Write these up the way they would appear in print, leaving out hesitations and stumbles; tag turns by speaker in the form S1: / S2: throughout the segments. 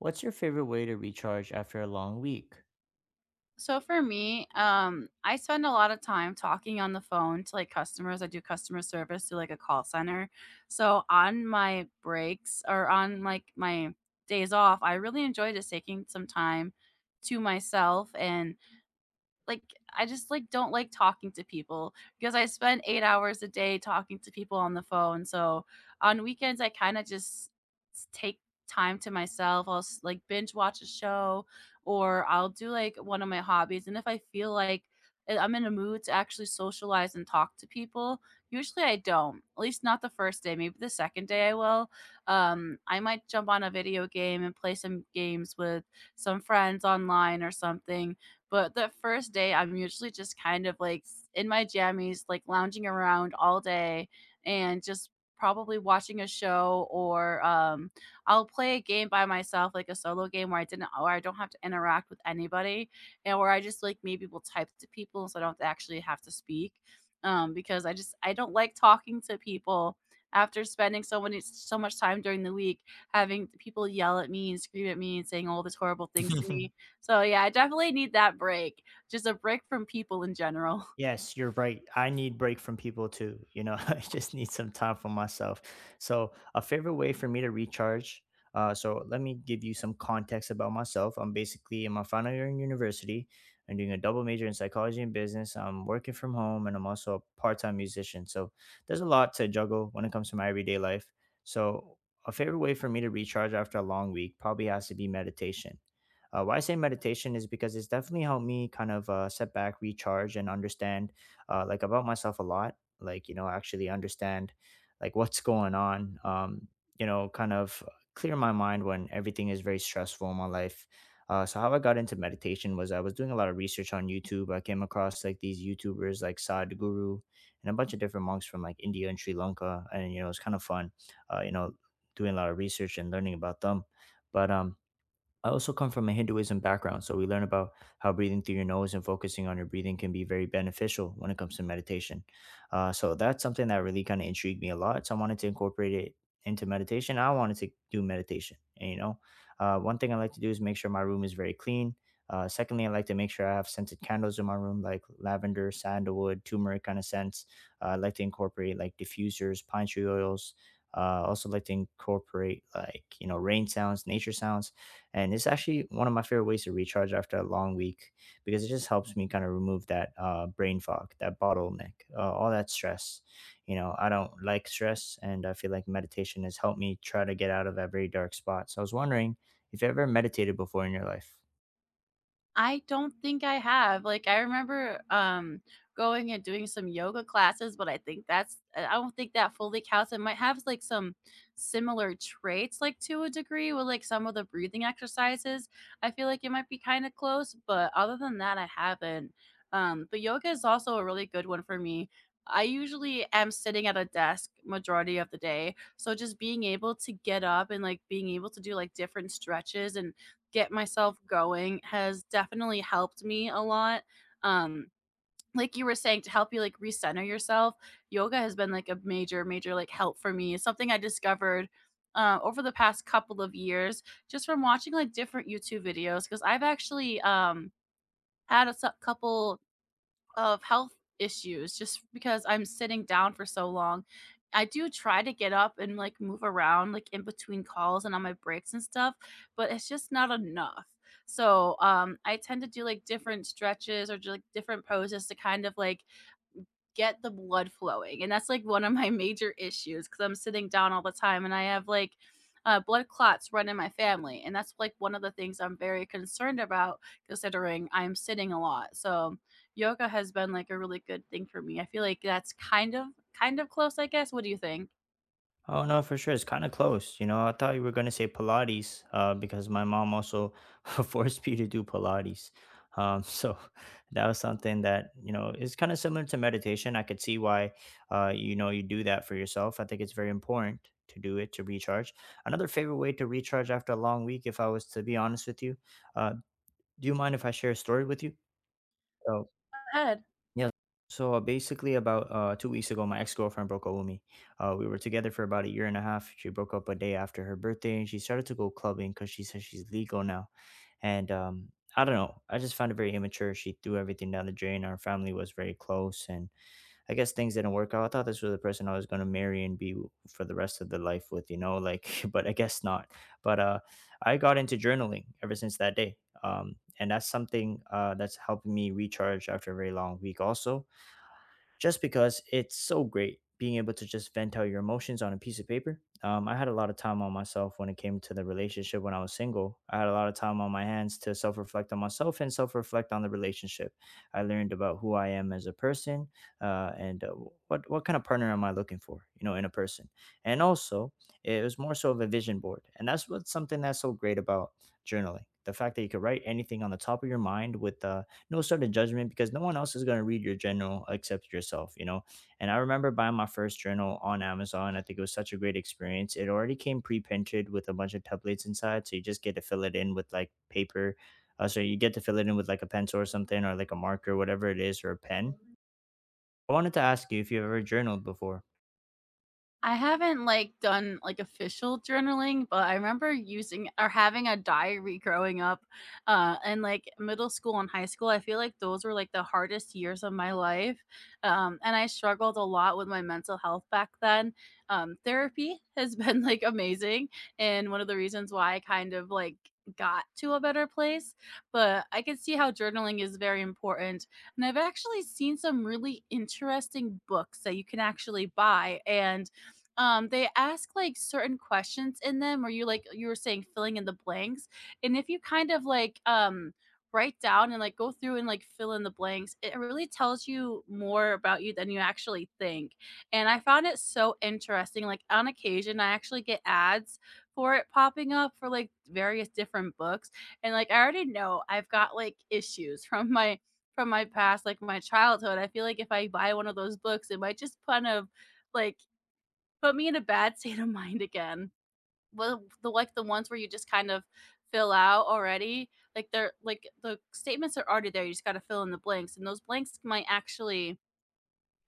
S1: What's your favorite way to recharge after a long week?
S2: So for me, I spend a lot of time talking on the phone to like customers. I do customer service to like a call center. So on my breaks or on like my days off, I really enjoy just taking some time to myself and like I just like don't like talking to people because I spend 8 hours a day talking to people on the phone. So on weekends I kind of just take time to myself. I'll like binge watch a show or I'll do like one of my hobbies and if I feel like I'm in a mood to actually socialize and talk to people. Usually I don't. At least not the first day. Maybe the second day I will. I might jump on a video game and play some games with some friends online or something, but the first day, I'm usually just kind of like in my jammies, like lounging around all day and just probably watching a show or I'll play a game by myself, like a solo game where I didn't or I don't have to interact with anybody and where I just like maybe will type to people so I don't actually have to speak. Because I don't like talking to people after spending so much time during the week having people yell at me and scream at me and saying all these horrible things to me, so yeah, I definitely need that break. Just a break from people in general.
S1: Yes, you're right. I need break from people too. I just need some time for myself. So, a favorite way for me to recharge. So, let me give you some context about myself. I'm basically in my final year in university. I'm doing a double major in psychology and business. I'm working from home, and I'm also a part-time musician. So, there's a lot to juggle when it comes to my everyday life. So, a favorite way for me to recharge after a long week probably has to be meditation. Why I say meditation is because it's definitely helped me kind of set back, recharge, and understand like about myself a lot. Like you know, actually understand like what's going on. You know, kind of clear my mind when everything is very stressful in my life. So how I got into meditation was I was doing a lot of research on YouTube. I came across like these YouTubers like Sadhguru and a bunch of different monks from like India and Sri Lanka, and you know it's kind of fun, you know, doing a lot of research and learning about them. But I also come from a Hinduism background, so we learn about how breathing through your nose and focusing on your breathing can be very beneficial when it comes to meditation. So that's something that really kind of intrigued me a lot. So I wanted to incorporate it into meditation. I wanted to do meditation. And, you know, one thing I like to do is make sure my room is very clean. Secondly, I like to make sure I have scented candles in my room, like lavender, sandalwood, turmeric kind of scents. I like to incorporate like diffusers, pine tree oils. Also like to incorporate like you know rain sounds, nature sounds, and it's actually one of my favorite ways to recharge after a long week because it just helps me kind of remove that brain fog, that bottleneck, all that stress. You know, I don't like stress, and I feel like meditation has helped me try to get out of that very dark spot. So I was wondering if you ever meditated before in your life.
S2: I don't think I have. Like, I remember, going and doing some yoga classes, but I think that's I don't think that fully counts. It might have, like, some similar traits, like, to a degree with, like, some of the breathing exercises. I feel like it might be kinda close, but other than that, I haven't. But yoga is also a really good one for me. I usually am sitting at a desk majority of the day, so just being able to get up and, like, being able to do, like, different stretches and get myself going has definitely helped me a lot. Um, like you were saying, to help you like recenter yourself, yoga has been like a major, major like help for me. It's something I discovered over the past couple of years just from watching like different YouTube videos, because I've actually had a couple of health issues just because I'm sitting down for so long. I do try to get up and like move around like in between calls and on my breaks and stuff, but it's just not enough. So, I tend to do like different stretches or just, like, different poses to kind of like get the blood flowing. And that's like one of my major issues because I'm sitting down all the time and I have like blood clots run in my family. And that's like one of the things I'm very concerned about considering I'm sitting a lot. So yoga has been like a really good thing for me. I feel like that's kind of close, I guess. What do you think?
S1: Oh no, for sure. It's kind of close. You know, I thought you were gonna say Pilates, because my mom also forced me to do Pilates. So that was something that you know is kind of similar to meditation. I could see why, you know, you do that for yourself. I think it's very important to do it to recharge. Another favorite way to recharge after a long week, if I was to be honest with you, uh, do you mind if I share a story with you? So
S2: Go ahead.
S1: yeah. So basically, about 2 weeks ago, my ex girlfriend broke up with me. We were together for about a year and a half. She broke up a day after her birthday, and she started to go clubbing because she says she's legal now. And I don't know. I just found it very immature. She threw everything down the drain. Our family was very close, and I guess things didn't work out. I thought this was the person I was going to marry and for the rest of the life with, you know, like, but I guess not. But I got into journaling ever since that day. And that's something that's helped me recharge after a very long week, also just because it's so great being able to just vent out your emotions on a piece of paper. I had a lot of time on myself when it came to the relationship when I was single. I had a lot of time on my hands to self reflect on myself and self reflect on the relationship. I learned about who I am as a person and what kind of partner am I looking for, you know, in a person. And also, it was more so of a vision board, and that's what's something that's so great about journaling. The fact that you could write anything on the top of your mind with no sort of judgment because no one else is going to read your journal except yourself, you know. And I remember buying my first journal on Amazon. I think it was such a great experience. It already came pre-printed with a bunch of templates inside, so you just get to fill it in with like paper. So you get to fill it in with like a pencil or something, or like a marker, whatever it is, or a pen. I wanted to ask you if you've ever journaled before.
S2: I haven't, like, done, like, official journaling, but I remember using or having a diary growing up, and, like, middle school and high school, I feel like those were, like, the hardest years of my life, and I struggled a lot with my mental health back then. Therapy has been, like, amazing, and one of the reasons why I kind of, like, got to a better place, but I can see how journaling is very important, and I've actually seen some really interesting books that you can actually buy, and they ask, like, certain questions in them where you, like you were saying, filling in the blanks, and if you kind of, like, write down and, like, go through and, like, fill in the blanks, it really tells you more about you than you actually think, and I found it so interesting. Like, on occasion, I actually get ads for it popping up for, like, various different books, and, like, I already know I've got, like, issues from my past, like, my childhood. I feel like if I buy one of those books, it might just kind of, like, put me in a bad state of mind again. Well, the like the ones where you just kind of fill out already, like they're like the statements are already there. You just got to fill in the blanks, and those blanks might actually.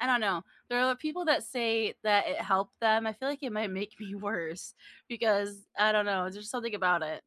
S2: I don't know. There are people that say that it helped them. I feel like it might make me worse because I don't know. There's something about it.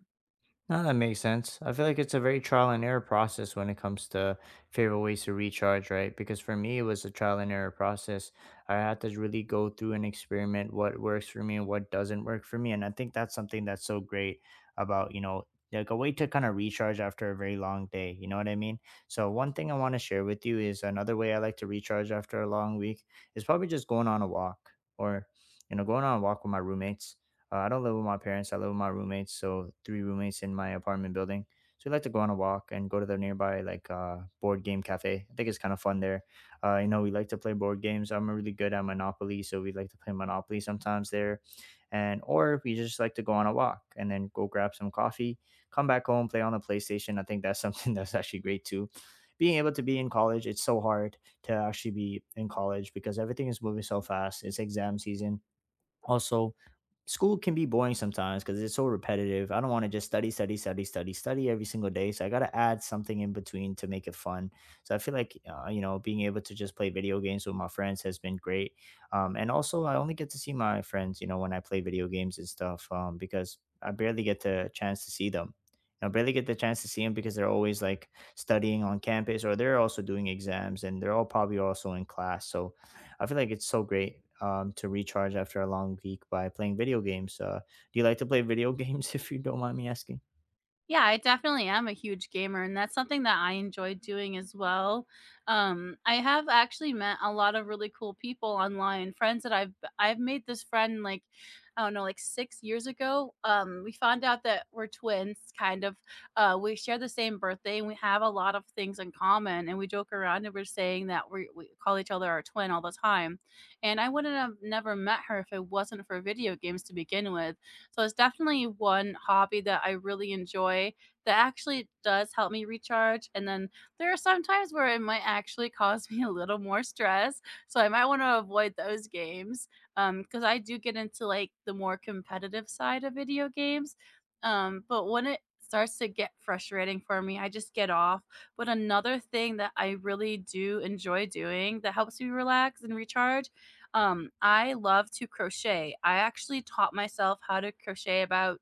S1: No, that makes sense. I feel like it's a very trial and error process when it comes to favorite ways to recharge, right? Because for me, it was a trial and error process. I had to really go through and experiment what works for me and what doesn't work for me. And I think that's something that's so great about, you know, like a way to kind of recharge after a very long day. You know what I mean? So, one thing I want to share with you is another way I like to recharge after a long week is probably just going on a walk or, you know, going on a walk with my roommates. I don't live with my parents. I live with my roommates. So three roommates in my apartment building. So we like to go on a walk and go to the nearby like board game cafe. I think it's kind of fun there. You know, we like to play board games. I'm really good at Monopoly, so we like to play Monopoly sometimes there, and or we just like to go on a walk and then go grab some coffee, come back home, play on the PlayStation. I think that's something that's actually great too. Being able to be in college, it's so hard to actually be in college because everything is moving so fast. It's exam season. Also, school can be boring sometimes because it's so repetitive. I don't want to just study, study, study, study, study every single day. So I got to add something in between to make it fun. So I feel like, you know, being able to just play video games with my friends has been great. And also, I only get to see my friends, you know, when I play video games and stuff because I barely get the chance to see them. I barely get the chance to see them because they're always like studying on campus or they're also doing exams and they're all probably also in class. So I feel like it's so great to recharge after a long week by playing video games. Do you like to play video games, if you don't mind me asking?
S2: Yeah, I definitely am a huge gamer, and that's something that I enjoy doing as well. I have actually met a lot of really cool people online, friends that I've made this friend like I don't know, like 6 years ago. We found out that we're twins, kind of. We share the same birthday, and we have a lot of things in common. And we joke around and we're saying that we call each other our twin all the time. And I wouldn't have never met her if it wasn't for video games to begin with, so it's definitely one hobby that I really enjoy that actually does help me recharge. And then there are some times where it might actually cause me a little more stress. So I might want to avoid those games because I do get into like the more competitive side of video games. But when it starts to get frustrating for me, I just get off. But another thing that I really do enjoy doing that helps me relax and recharge, I love to crochet. I actually taught myself how to crochet about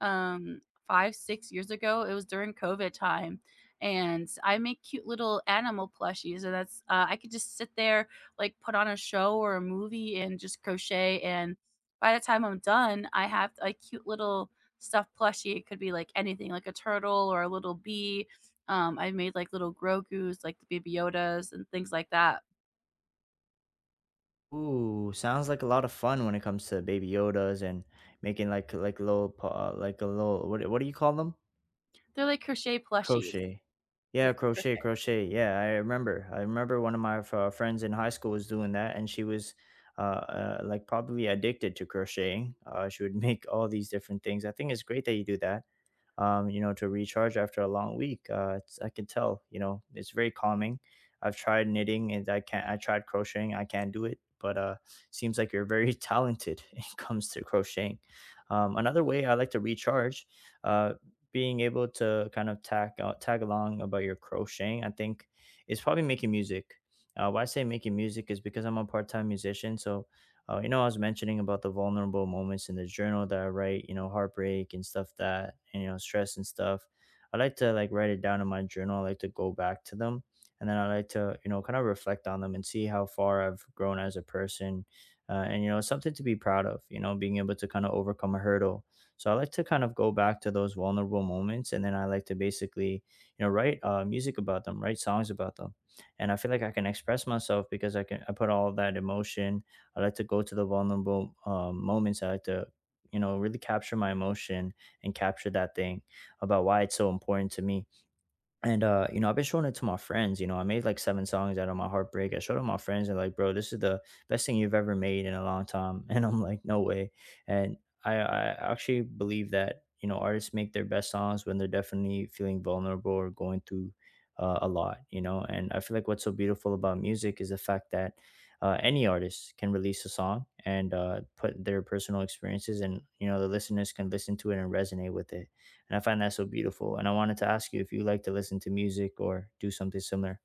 S2: um 5 6 years ago. It was during COVID time. And I make cute little animal plushies, and that's I could just sit there like put on a show or a movie and just crochet, and by the time I'm done, I have a cute little stuffed plushie. It could be like anything, like a turtle or a little bee. I made like little Grogu's, like the Baby Yodas and things like that.
S1: Ooh, sounds like a lot of fun when it comes to Baby Yodas and making like little like a little what do you call them?
S2: They're like crochet plushies.
S1: Crochet. Yeah,
S2: Yeah, for
S1: crochet,
S2: sure.
S1: crochet. Yeah, I remember. I remember one of my friends in high school was doing that, and she was like probably addicted to crocheting. She would make all these different things. I think it's great that you do that. You know, to recharge after a long week. It's, I can tell, you know, it's very calming. I've tried knitting and I can't, I tried crocheting. I can't do it, but seems like you're very talented when it comes to crocheting. Another way I like to recharge, uh, being able to kind of tag along about your crocheting, I think is probably making music. Why I say making music is because I'm a part time musician. So you know, I was mentioning about the vulnerable moments in the journal that I write, you know, heartbreak and stuff that, and, you know, stress and stuff. I like to like write it down in my journal. I like to go back to them. And then I like to, you know, kind of reflect on them and see how far I've grown as a person. And you know, something to be proud of, you know, being able to kind of overcome a hurdle. So I like to kind of go back to those vulnerable moments. And then I like to basically, you know, write music about them, write songs about them. And I feel like I can express myself because I can, I put all that emotion. I like to go to the vulnerable moments. I like to, you know, really capture my emotion and capture that thing about why it's so important to me and you know I've been showing it to my friends, you know, I made like seven songs out of my heartbreak, I showed them my friends and like bro this is the best thing you've ever made in a long time and I'm like no way. And i actually believe that, you know, artists make their best songs when they're definitely feeling vulnerable or going through a lot, you know. And I feel like what's so beautiful about music is the fact that any artist can release a song and put their personal experiences and you know the listeners can listen to it and resonate with it and I find that so beautiful. And I wanted to ask you if you like to listen to music or do something similar.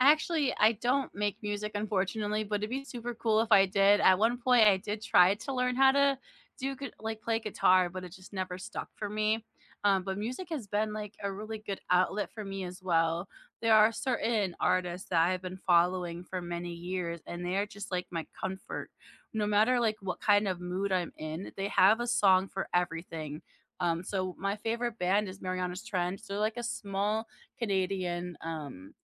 S2: Actually, I don't make music, unfortunately, but it'd be super cool if I did. At one point, I did try to learn how to like play guitar, but it just never stuck for me. But music has been like a really good outlet for me as well. There are certain artists that I've been following for many years, and they are just like my comfort. No matter like what kind of mood I'm in, they have a song for everything. So my favorite band is Mariana's Trench. They're like a small Canadian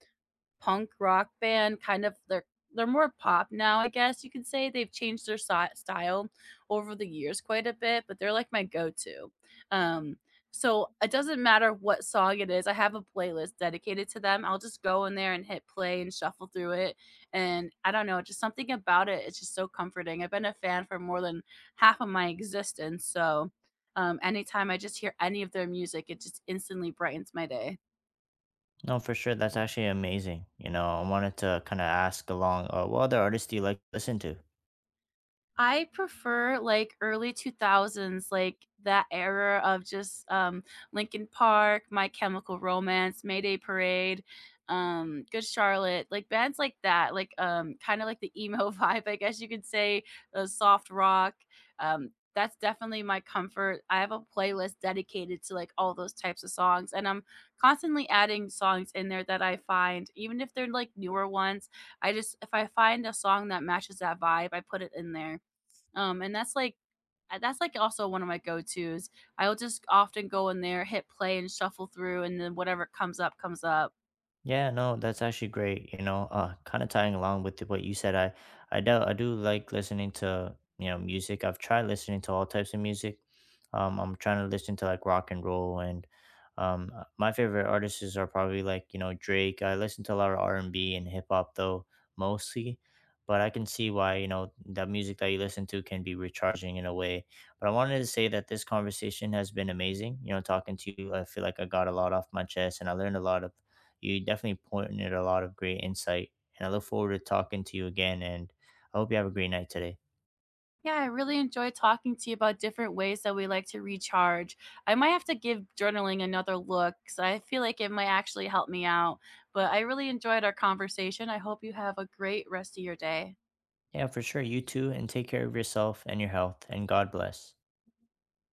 S2: punk rock band, kind of they're more pop now, I guess you could say. They've changed their style over the years quite a bit, but they're like my go-to. Um, so it doesn't matter what song it is. I have a playlist dedicated to them. I'll just go in there and hit play and shuffle through it. And I don't know, just something about it. It's just so comforting. I've been a fan for more than half of my existence. So anytime I just hear any of their music, it just instantly brightens my day.
S1: No, for sure. That's actually amazing. You know, I wanted to kind of ask along, what other artists do you like to listen to?
S2: I prefer like early 2000s, like that era of just Linkin Park, My Chemical Romance, Mayday Parade, Good Charlotte, like bands like that, like kind of like the emo vibe, I guess you could say, soft rock. That's definitely my comfort. I have a playlist dedicated to like all those types of songs, and I'm constantly adding songs in there that I find, even if they're like newer ones. I just if I find a song that matches that vibe, I put it in there. And that's like also one of my go-tos. I'll just often go in there, hit play and shuffle through, and then whatever comes up comes up.
S1: Yeah, no, that's actually great. You know, kind of tying along with what you said, I do like listening to you know music. I've tried listening to all types of music. I'm trying to listen to like rock and roll, and my favorite artists are probably like you know Drake. I listen to a lot of R&B and hip hop though mostly, but I can see why you know that music that you listen to can be recharging in a way. But I wanted to say that this conversation has been amazing. You know, talking to you, I feel like I got a lot off my chest, and I learned a lot. You definitely pointed a lot of great insight, and I look forward to talking to you again. And I hope you have a great night today.
S2: Yeah, I really enjoy talking to you about different ways that we like to recharge. I might have to give journaling another look 'cause I feel like it might actually help me out. But I really enjoyed our conversation. I hope you have a great rest of your day.
S1: Yeah, for sure. You too, and take care of yourself and your health. And God bless.